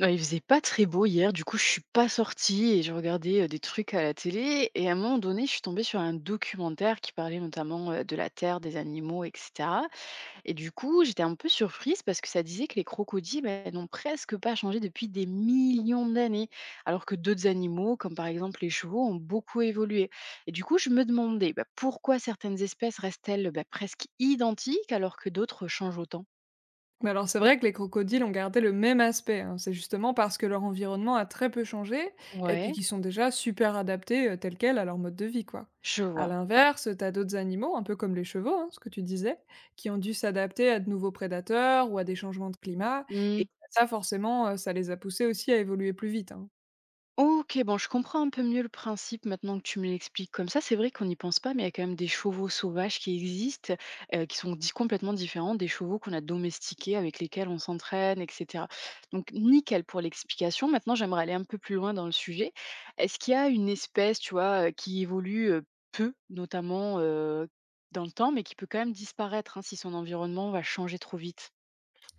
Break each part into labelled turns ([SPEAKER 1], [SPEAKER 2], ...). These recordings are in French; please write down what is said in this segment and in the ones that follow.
[SPEAKER 1] Bah, il faisait pas très beau hier, du coup, je suis pas sortie et je regardais, des trucs à la télé et à un moment donné, je suis tombée sur un documentaire qui parlait notamment, de la terre, des animaux et cetera et du coup, j'étais un peu surprise parce que ça disait que les crocodiles, bah, n'ont presque pas changé depuis des millions d'années, alors que d'autres animaux, comme par exemple les chevaux, ont beaucoup évolué et du coup, je me demandais, bah, pourquoi certaines espèces restent-elles, bah, presque identiques alors que d'autres changent autant?
[SPEAKER 2] Mais alors c'est vrai que les crocodiles ont gardé le même aspect, hein. C'est justement parce que leur environnement a très peu changé et puis
[SPEAKER 1] Ouais,
[SPEAKER 2] qu'ils sont déjà super adaptés, tels quels à leur mode de vie, quoi.
[SPEAKER 1] je
[SPEAKER 2] À
[SPEAKER 1] vois.
[SPEAKER 2] l'inverse, t'as d'autres animaux, un peu comme les chevaux, hein, ce que tu disais, qui ont dû s'adapter à de nouveaux prédateurs ou à des changements de climat et
[SPEAKER 1] Mmh.
[SPEAKER 2] ça forcément, ça les a poussés aussi à évoluer plus vite, hein.
[SPEAKER 1] OK, bon, je comprends un peu mieux le principe maintenant que tu me l'expliques comme ça. C'est vrai qu'on n'y pense pas, mais il y a quand même des chevaux sauvages qui existent, qui sont di complètement différents des chevaux qu'on a domestiqués, avec lesquels on s'entraîne, et cetera. Donc nickel pour l'explication. Maintenant, j'aimerais aller un peu plus loin dans le sujet. Est-ce qu'il y a une espèce, tu vois, qui évolue, peu, notamment, dans le temps, mais qui peut quand même disparaître, hein, si son environnement va changer trop vite?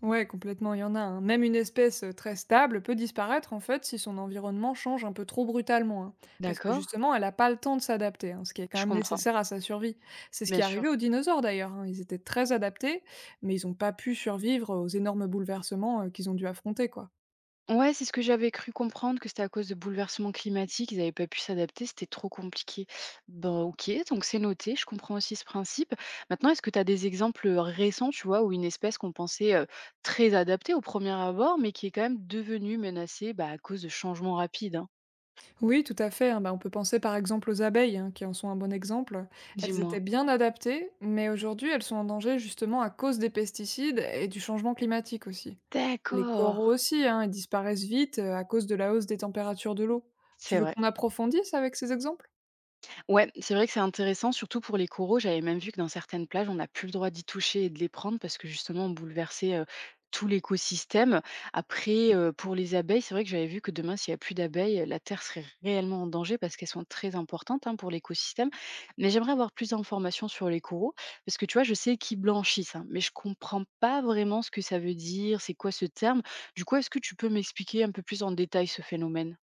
[SPEAKER 2] Ouais, complètement, il y en a, hein. Même une espèce très stable peut disparaître en fait si son environnement change un peu trop brutalement, hein, parce que
[SPEAKER 1] D'accord,
[SPEAKER 2] justement, elle n'a pas le temps de s'adapter, hein, ce qui est quand
[SPEAKER 1] je
[SPEAKER 2] même
[SPEAKER 1] comprends,
[SPEAKER 2] nécessaire à sa survie. C'est ce qui
[SPEAKER 1] bien
[SPEAKER 2] est arrivé
[SPEAKER 1] sûr.
[SPEAKER 2] aux dinosaures d'ailleurs, hein. Ils étaient très adaptés, mais ils n'ont pas pu survivre aux énormes bouleversements qu'ils ont dû affronter, quoi.
[SPEAKER 1] Ouais, c'est ce que j'avais cru comprendre, que c'était à cause de bouleversements climatiques, ils avaient pas pu s'adapter, c'était trop compliqué. Bon, OK, donc c'est noté, je comprends aussi ce principe. Maintenant, est-ce que tu as des exemples récents, tu vois, où une espèce qu'on pensait très adaptée au premier abord, mais qui est quand même devenue menacée bah, à cause de changements rapides, hein.
[SPEAKER 2] Oui, tout à fait, hein, bah, on peut penser par exemple aux abeilles, hein, qui en sont un bon exemple. Elles étaient
[SPEAKER 1] Dis-moi.
[SPEAKER 2] bien adaptées, mais aujourd'hui elles sont en danger justement à cause des pesticides et du changement climatique aussi. Les
[SPEAKER 1] D'accord.
[SPEAKER 2] coraux aussi, hein, ils disparaissent vite à cause de la hausse des températures de l'eau. Tu
[SPEAKER 1] C'est
[SPEAKER 2] veux
[SPEAKER 1] vrai.
[SPEAKER 2] qu'on approfondisse avec ces exemples?
[SPEAKER 1] Ouais, c'est vrai que c'est intéressant, surtout pour les coraux. J'avais même vu que dans certaines plages, on n'a plus le droit d'y toucher et de les prendre parce que justement, on bouleversait tout l'écosystème. Après, pour les abeilles, c'est vrai que j'avais vu que demain, s'il n'y a plus d'abeilles, la Terre serait réellement en danger parce qu'elles sont très importantes hein, pour l'écosystème. Mais j'aimerais avoir plus d'informations sur les coraux parce que tu vois, je sais qu'ils blanchissent, hein, mais je comprends pas vraiment ce que ça veut dire, c'est quoi ce terme. Du coup, est-ce que tu peux m'expliquer un peu plus en détail ce phénomène?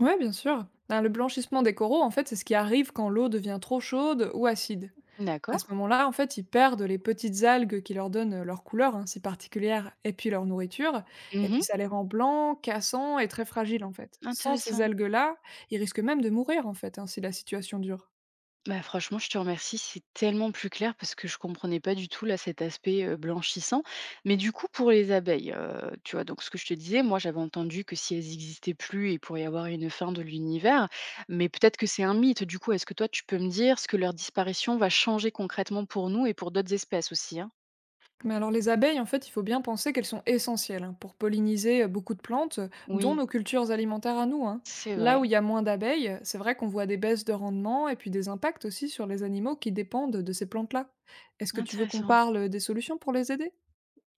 [SPEAKER 2] Ouais, bien sûr. Ben, le blanchissement des coraux, en fait, c'est ce qui arrive quand l'eau devient trop chaude ou acide. À
[SPEAKER 1] D'accord.
[SPEAKER 2] ce moment-là, en fait, ils perdent les petites algues qui leur donnent leur couleur, hein, si particulière, et puis leur nourriture, et puis
[SPEAKER 1] Mhm.
[SPEAKER 2] ça les rend blancs, cassants et très fragiles, en fait. Sans ces
[SPEAKER 1] Intéressant.
[SPEAKER 2] algues-là, ils risquent même de mourir, en fait, hein, si la situation dure.
[SPEAKER 1] Bah, franchement, je te remercie, c'est tellement plus clair parce que je comprenais pas du tout là cet aspect blanchissant. Mais du coup, pour les abeilles, tu vois, donc ce que je te disais, moi j'avais entendu que si elles n'existaient plus, il pourrait y avoir une fin de l'univers, mais peut-être que c'est un mythe. Du coup, est-ce que toi tu peux me dire ce que leur disparition va changer concrètement pour nous et pour d'autres espèces aussi, hein?
[SPEAKER 2] Mais alors les abeilles, en fait, il faut bien penser qu'elles sont essentielles, hein, pour polliniser, beaucoup de plantes, dont
[SPEAKER 1] Oui,
[SPEAKER 2] nos cultures alimentaires à nous, hein.
[SPEAKER 1] c'est
[SPEAKER 2] Là
[SPEAKER 1] vrai.
[SPEAKER 2] où il y a moins d'abeilles, c'est vrai qu'on voit des baisses de rendement et puis des impacts aussi sur les animaux qui dépendent de ces plantes-là. Est-ce que tu veux qu'on
[SPEAKER 1] Intéressant.
[SPEAKER 2] parle des solutions pour les aider?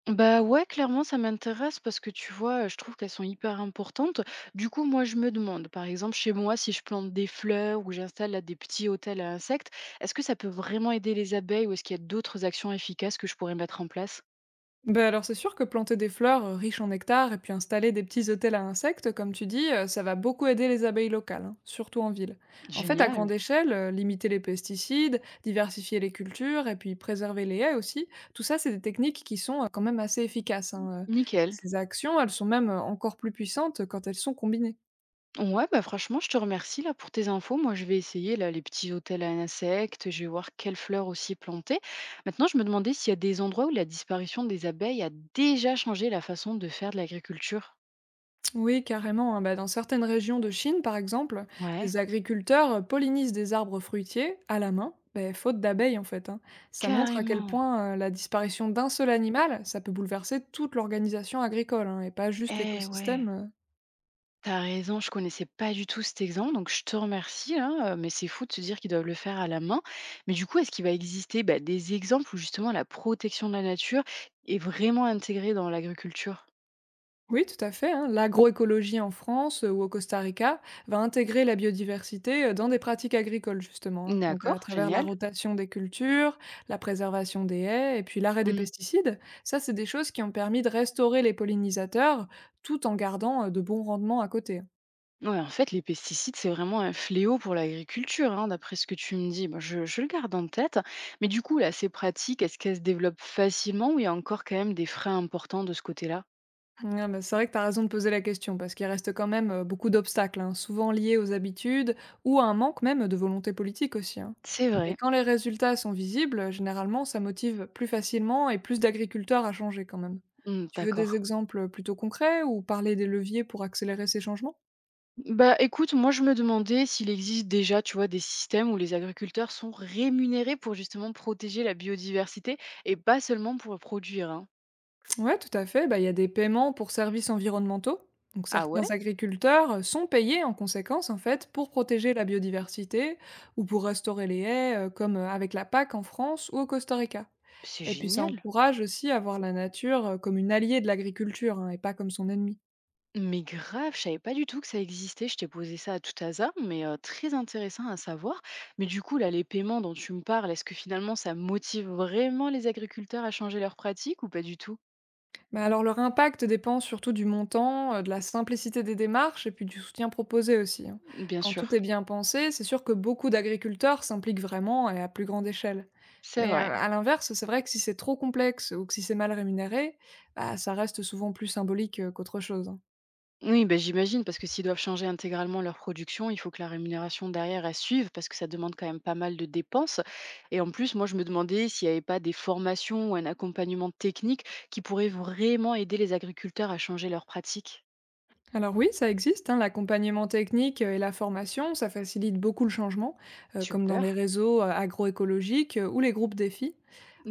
[SPEAKER 1] Bah ouais, clairement, ça m'intéresse parce que tu vois, je trouve qu'elles sont hyper importantes. Du coup, moi, je me demande, par exemple, chez moi, si je plante des fleurs ou j'installe là, des petits hôtels à insectes, est-ce que ça peut vraiment aider les abeilles ou est-ce qu'il y a d'autres actions efficaces que je pourrais mettre en place?
[SPEAKER 2] Ben alors c'est sûr que planter des fleurs riches en nectar et puis installer des petits hôtels à insectes, comme tu dis, ça va beaucoup aider les abeilles locales, hein, surtout en ville. En fait, à
[SPEAKER 1] Génial.
[SPEAKER 2] grande échelle, limiter les pesticides, diversifier les cultures et puis préserver les haies aussi, tout ça c'est des techniques qui sont quand même assez efficaces, hein.
[SPEAKER 1] Nickel.
[SPEAKER 2] Ces actions, elles sont même encore plus puissantes quand elles sont combinées.
[SPEAKER 1] Ouais, bah franchement, je te remercie là pour tes infos. Moi, je vais essayer là les petits hôtels à insectes, je vais voir quelles fleurs aussi planter. Maintenant, je me demandais s'il y a des endroits où la disparition des abeilles a déjà changé la façon de faire de l'agriculture.
[SPEAKER 2] Oui, carrément, hein. Bah, dans certaines régions de Chine, par exemple,
[SPEAKER 1] Ouais.
[SPEAKER 2] des agriculteurs pollinisent des arbres fruitiers à la main, bah, faute d'abeilles en fait, hein. Ça montre à quel
[SPEAKER 1] Carrément.
[SPEAKER 2] point la disparition d'un seul animal, ça peut bouleverser toute l'organisation agricole, hein, et pas juste
[SPEAKER 1] Eh ouais,
[SPEAKER 2] l'écosystème
[SPEAKER 1] t'as raison, je connaissais pas du tout cet exemple, donc je te remercie, hein, mais c'est fou de se dire qu'ils doivent le faire à la main. Mais du coup, est-ce qu'il va exister bah, des exemples où justement la protection de la nature est vraiment intégrée dans l'agriculture?
[SPEAKER 2] Oui, tout à fait, hein. L'agroécologie en France ou au Costa Rica va intégrer la biodiversité dans des pratiques agricoles, justement, hein. Donc, à
[SPEAKER 1] D'accord,
[SPEAKER 2] travers la
[SPEAKER 1] génial.
[SPEAKER 2] rotation des cultures, la préservation des haies et puis l'arrêt des
[SPEAKER 1] Mm.
[SPEAKER 2] pesticides, ça, c'est des choses qui ont permis de restaurer les pollinisateurs tout en gardant de bons rendements à côté, hein.
[SPEAKER 1] Ouais, en fait, les pesticides, c'est vraiment un fléau pour l'agriculture, hein, d'après ce que tu me dis. Bah, je le garde en tête. Mais du coup, là, ces pratiques, est-ce qu'elles se développent facilement ou il y a encore quand même des freins importants de ce côté-là?
[SPEAKER 2] Non, mais c'est vrai que tu as raison de poser la question, parce qu'il reste quand même beaucoup d'obstacles, hein, souvent liés aux habitudes ou à un manque même de volonté politique aussi, hein.
[SPEAKER 1] C'est
[SPEAKER 2] Mais
[SPEAKER 1] vrai.
[SPEAKER 2] quand les résultats sont visibles, généralement, ça motive plus facilement et plus d'agriculteurs à changer quand même.
[SPEAKER 1] Mm,
[SPEAKER 2] Tu veux des
[SPEAKER 1] d'accord.
[SPEAKER 2] exemples plutôt concrets ou parler des leviers pour accélérer ces changements?
[SPEAKER 1] Bah, écoute, moi, je me demandais s'il existe déjà, tu vois, des systèmes où les agriculteurs sont rémunérés pour justement protéger la biodiversité et pas seulement pour produire, hein.
[SPEAKER 2] Ouais, tout à fait. Bah, il y a des paiements pour services environnementaux. Donc
[SPEAKER 1] Ah ouais?
[SPEAKER 2] certains agriculteurs sont payés en conséquence, en fait, pour protéger la biodiversité ou pour restaurer les haies, comme avec la PAC en France ou au Costa Rica.
[SPEAKER 1] C'est
[SPEAKER 2] Et puis ça
[SPEAKER 1] génial.
[SPEAKER 2] encourage aussi à voir la nature comme une alliée de l'agriculture, hein, et pas comme son ennemi.
[SPEAKER 1] Mais grave, je savais pas du tout que ça existait. Je t'ai posé ça à tout hasard, mais très intéressant à savoir. Mais du coup, là, les paiements dont tu me parles, est-ce que finalement ça motive vraiment les agriculteurs à changer leurs pratiques ou pas du tout?
[SPEAKER 2] Bah alors leur impact dépend surtout du montant, de la simplicité des démarches et puis du soutien proposé aussi, hein.
[SPEAKER 1] Bien
[SPEAKER 2] Quand tout
[SPEAKER 1] sûr,
[SPEAKER 2] est bien pensé, c'est sûr que beaucoup d'agriculteurs s'impliquent vraiment et à plus grande échelle.
[SPEAKER 1] c'est
[SPEAKER 2] Mais,
[SPEAKER 1] vrai.
[SPEAKER 2] à l'inverse, c'est vrai que si c'est trop complexe ou que si c'est mal rémunéré, bah, ça reste souvent plus symbolique, qu'autre chose, hein.
[SPEAKER 1] Oui, ben j'imagine parce que s'ils doivent changer intégralement leur production, il faut que la rémunération derrière, elle suive parce que ça demande quand même pas mal de dépenses. Et en plus, moi, je me demandais s'il n'y avait pas des formations ou un accompagnement technique qui pourrait vraiment aider les agriculteurs à changer leurs pratiques.
[SPEAKER 2] Alors oui, ça existe, hein, l'accompagnement technique et la formation, ça facilite beaucoup le changement, comme dans les
[SPEAKER 1] Super.
[SPEAKER 2] réseaux agroécologiques ou les groupes défis.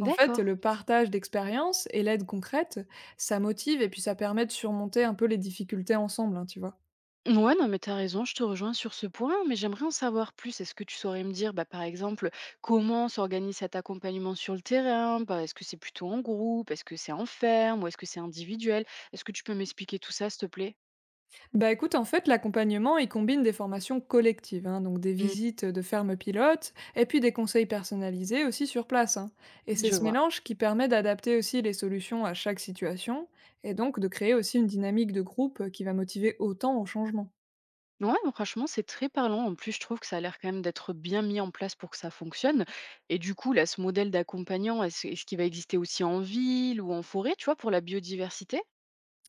[SPEAKER 2] En fait, le partage d'expériences et l'aide concrète, ça motive et puis ça permet de surmonter un peu les difficultés ensemble, hein, tu vois.
[SPEAKER 1] Ouais, non, mais t'as raison, je te rejoins sur ce point, mais j'aimerais en savoir plus. Est-ce que tu saurais me dire, bah, par exemple, comment s'organise cet accompagnement sur le terrain? Bah, est-ce que c'est plutôt en groupe? Est-ce que c'est en ferme? Ou est-ce que c'est individuel? Est-ce que tu peux m'expliquer tout ça, s'il te plaît?
[SPEAKER 2] Bah écoute, en fait, l'accompagnement, il combine des formations collectives, hein, donc des
[SPEAKER 1] Mmh.
[SPEAKER 2] visites de fermes pilotes, et puis des conseils personnalisés aussi sur place, hein. Et c'est
[SPEAKER 1] Je
[SPEAKER 2] ce
[SPEAKER 1] vois.
[SPEAKER 2] mélange qui permet d'adapter aussi les solutions à chaque situation, et donc de créer aussi une dynamique de groupe qui va motiver autant au changement.
[SPEAKER 1] Ouais, bon, franchement, c'est très parlant. En plus, je trouve que ça a l'air quand même d'être bien mis en place pour que ça fonctionne. Et du coup, là, ce modèle d'accompagnant, est-ce qu'il va exister aussi en ville ou en forêt, tu vois, pour la biodiversité?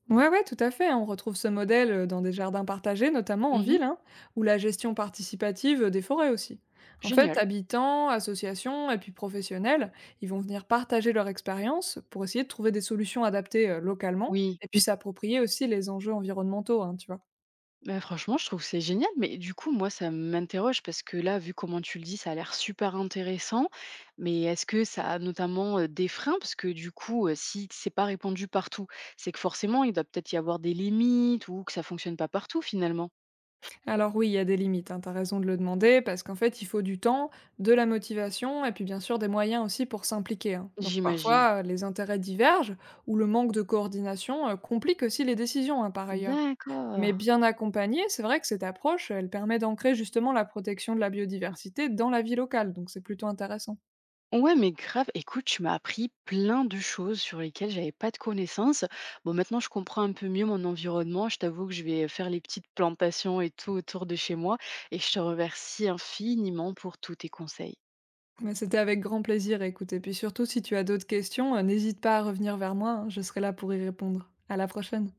[SPEAKER 2] Ouais, ouais, tout à fait, hein. On retrouve ce modèle dans des jardins partagés, notamment en
[SPEAKER 1] Mmh.
[SPEAKER 2] ville, hein, ou la gestion participative des forêts aussi. En fait,
[SPEAKER 1] Génial.
[SPEAKER 2] habitants, associations et puis professionnels, ils vont venir partager leur expérience pour essayer de trouver des solutions adaptées localement
[SPEAKER 1] Oui.
[SPEAKER 2] et puis s'approprier aussi les enjeux environnementaux, hein, tu vois.
[SPEAKER 1] Bah, franchement, je trouve que c'est génial. Mais du coup, moi, ça m'interroge parce que là, vu comment tu le dis, ça a l'air super intéressant. Mais est-ce que ça a notamment, des freins? Parce que du coup, si c'est pas répandu partout, c'est que forcément, il doit peut-être y avoir des limites ou que ça fonctionne pas partout finalement.
[SPEAKER 2] Alors oui, il y a des limites, hein, tu raison de le demander, parce qu'en fait, il faut du temps, de la motivation et puis bien sûr des moyens aussi pour s'impliquer, hein. Donc
[SPEAKER 1] J'imagine.
[SPEAKER 2] parfois, les intérêts divergent ou le manque de coordination complique aussi les décisions, hein, par ailleurs. Mais
[SPEAKER 1] D'accord.
[SPEAKER 2] bien accompagné, c'est vrai que cette approche, elle permet d'ancrer justement la protection de la biodiversité dans la vie locale, donc c'est plutôt intéressant.
[SPEAKER 1] Ouais, mais grave, écoute, tu m'as appris plein de choses sur lesquelles j'avais pas de connaissances. Bon, maintenant, je comprends un peu mieux mon environnement. Je t'avoue que je vais faire les petites plantations et tout autour de chez moi. Et je te remercie infiniment pour tous tes conseils.
[SPEAKER 2] Mais c'était avec grand plaisir, écoute. Et puis surtout, si tu as d'autres questions, n'hésite pas à revenir vers moi, hein, je serai là pour y répondre. À la prochaine.